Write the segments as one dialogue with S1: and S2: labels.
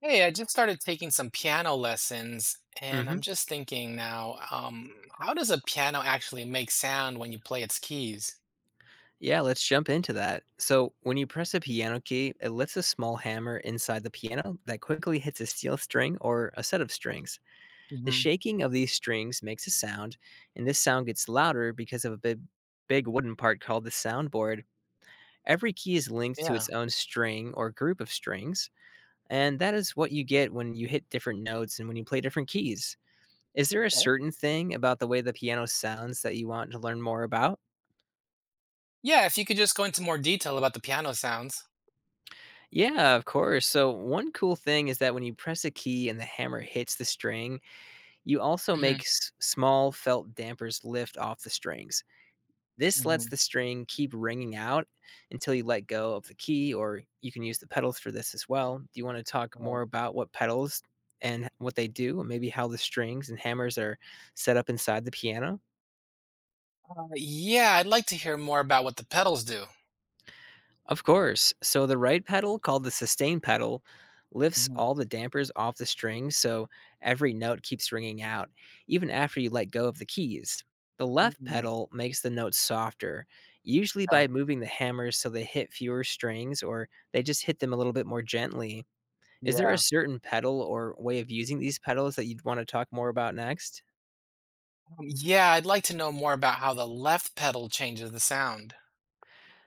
S1: Hey, I just started taking some piano lessons, and I'm
S2: Mhm.
S1: just thinking now, how does a piano actually make sound when you play its keys?
S2: Yeah, let's jump into that. So, when you press a piano key, it lifts a small hammer inside the piano that quickly hits a steel string or a set of strings. The
S1: Hmm.
S2: shaking of these strings makes a sound, and this sound gets louder because of a big, big wooden part called the soundboard. Every key is linked to its
S1: Yeah.
S2: own string or group of strings, and that is what you get when you hit different notes and when you play different keys. Is there a
S1: Okay.
S2: certain thing about the way the piano sounds that you want to learn more about?
S1: Yeah, if you could just go into more detail about the piano sounds.
S2: Yeah, of course. So, one cool thing is that when you press a key and the hammer hits the string, you also
S1: Hmm.
S2: make small felt dampers lift off the strings. This lets
S1: Hmm.
S2: the string keep ringing out until you let go of the key, or you can use the pedals for this as well. Do you want to talk
S1: Right.
S2: more about what pedals and what they do, and maybe how the strings and hammers are set up inside the piano?
S1: Yeah, I'd like to hear more about what the pedals do.
S2: Of course. So the right pedal, called the sustain pedal, lifts
S1: Hmm.
S2: all the dampers off the strings so every note keeps ringing out, even after you let go of the keys. The left
S1: Hmm.
S2: pedal makes the notes softer, usually
S1: Okay.
S2: by moving the hammers so they hit fewer strings or they just hit them a little bit more gently. Is there a
S1: Yeah.
S2: certain pedal or way of using these pedals that you'd want to talk more about next?
S1: Yeah, I'd like to know more about how the left pedal changes the sound.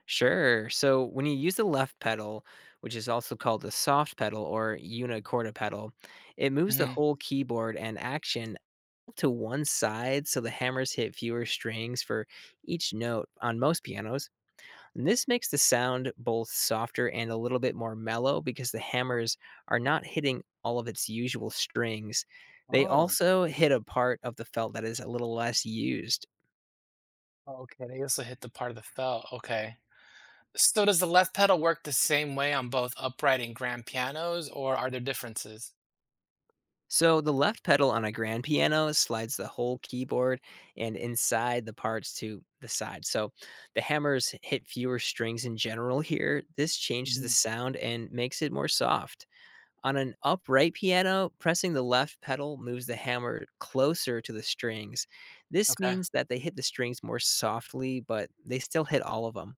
S2: Sure. So when you use the left pedal, which is also called the soft pedal or unicorda pedal, it moves the
S1: Hmm.
S2: whole keyboard and action to one side so the hammers hit fewer strings for each note on most pianos. And this makes the sound both softer and a little bit more mellow because the
S1: Oh.
S2: hammers are not hitting all of its usual strings. They
S1: Oh.
S2: also hit a part of the felt that is a little less used.
S1: Oh, okay. They also hit the part of the felt. Okay. So does the left pedal work the same way on both upright and grand pianos, or are there differences?
S2: So the left pedal on a grand piano slides the whole keyboard and inside the parts to the side. So the hammers hit fewer strings in general here. This changes the
S1: Hmm.
S2: sound and makes it more soft. On an upright piano, pressing the left pedal moves the hammer closer to the strings. This
S1: Okay.
S2: means that they hit the strings more softly, but they still hit all of them.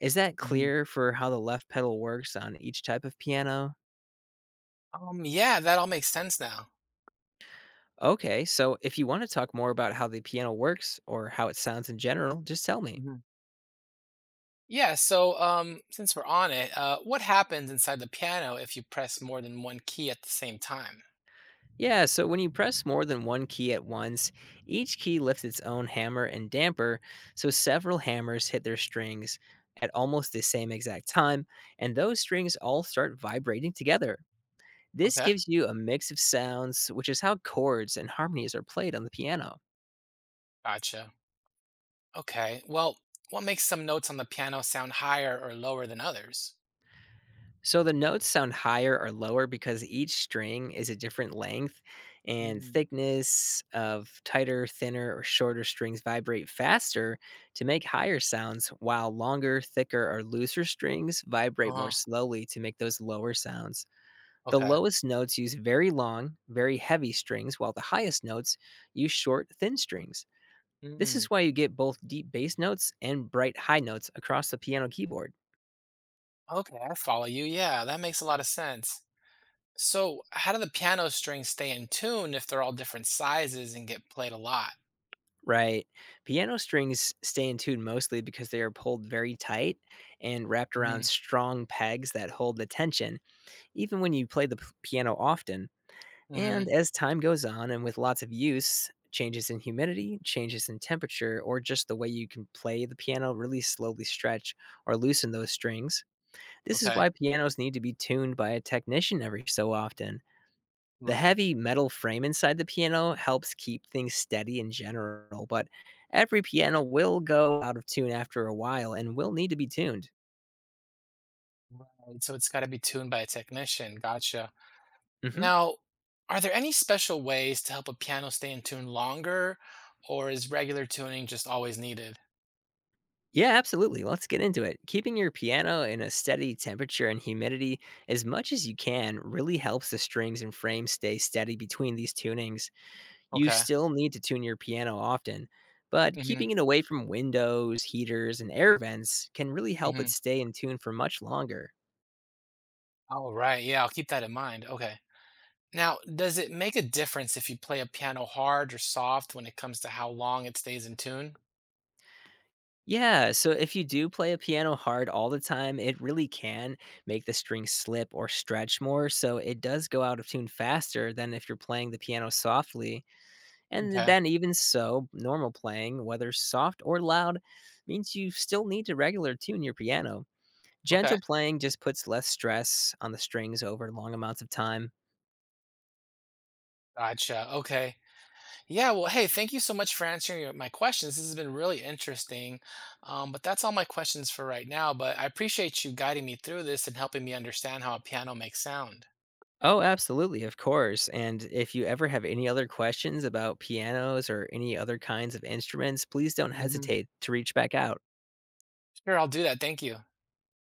S2: Is that
S1: Hmm.
S2: clear for how the left pedal works on each type of piano?
S1: Yeah, that all makes sense now.
S2: Okay, so if you want to talk more about how the piano works or how it sounds in general, just tell me.
S1: Hmm. Yeah, so since we're on it, what happens inside the piano if you press more than one key at the same time?
S2: Yeah, so when you press more than one key at once, each key lifts its own hammer and damper, so several hammers hit their strings at almost the same exact time, and those strings all start vibrating together. This
S1: Okay.
S2: gives you a mix of sounds, which is how chords and harmonies are played on the piano.
S1: Gotcha. Okay. Well, what makes some notes on the piano sound higher or lower than others?
S2: So the notes sound higher or lower because each string is a different length and
S1: Mm.
S2: thickness of tighter, thinner, or shorter strings vibrate faster to make higher sounds, while longer, thicker, or looser strings vibrate more
S1: Uh-huh.
S2: slowly to make those lower sounds. The
S1: Okay.
S2: lowest notes use very long, very heavy strings, while the highest notes use short, thin strings. This
S1: Mm.
S2: is why you get both deep bass notes and bright high notes across the piano keyboard.
S1: Okay, I follow you. Yeah, that makes a lot of sense. So, how do the piano strings stay in tune if they're all different sizes and get played a lot?
S2: Right. Piano strings stay in tune mostly because they are pulled very tight and wrapped around
S1: Hmm.
S2: strong pegs that hold the tension, even when you play the piano often.
S1: Hmm.
S2: And as time goes on and with lots of use, changes in humidity, changes in temperature, or just the way you can play the piano really slowly stretch or loosen those strings. This is
S1: Okay.
S2: why pianos need to be tuned by a technician every so often. The
S1: Right.
S2: heavy metal frame inside the piano helps keep things steady in general, but every piano will go out of tune after a while and will need to be tuned.
S1: Right. So it's got to be tuned by a technician. Gotcha.
S2: Hmm.
S1: Now, are there any special ways to help a piano stay in tune longer, or is regular tuning just always needed?
S2: Yeah, absolutely. Let's get into it. Keeping your piano in a steady temperature and humidity as much as you can really helps the strings and frame stay steady between these tunings. You
S1: Okay.
S2: still need to tune your piano often, but
S1: Hmm.
S2: keeping it away from windows, heaters, and air vents can really help
S1: Hmm.
S2: it stay in tune for much longer.
S1: All right. Yeah, I'll keep that in mind. Okay. Now, does it make a difference if you play a piano hard or soft when it comes to how long it stays in tune?
S2: Yeah, so if you do play a piano hard all the time, it really can make the strings slip or stretch more. So it does go out of tune faster than if you're playing the piano softly. And
S1: Okay.
S2: then, even so, normal playing, whether soft or loud, means you still need to regular tune your piano. Gentle
S1: Okay.
S2: playing just puts less stress on the strings over long amounts of time.
S1: Gotcha. Okay. Yeah. Well, hey, thank you so much for answering my questions. This has been really interesting. But that's all my questions for right now. But I appreciate you guiding me through this and helping me understand how a piano makes sound.
S2: Oh, absolutely, of course. And if you ever have any other questions about pianos or any other kinds of instruments, please don't
S1: Hmm.
S2: hesitate to reach back out.
S1: Sure, I'll do that. Thank you.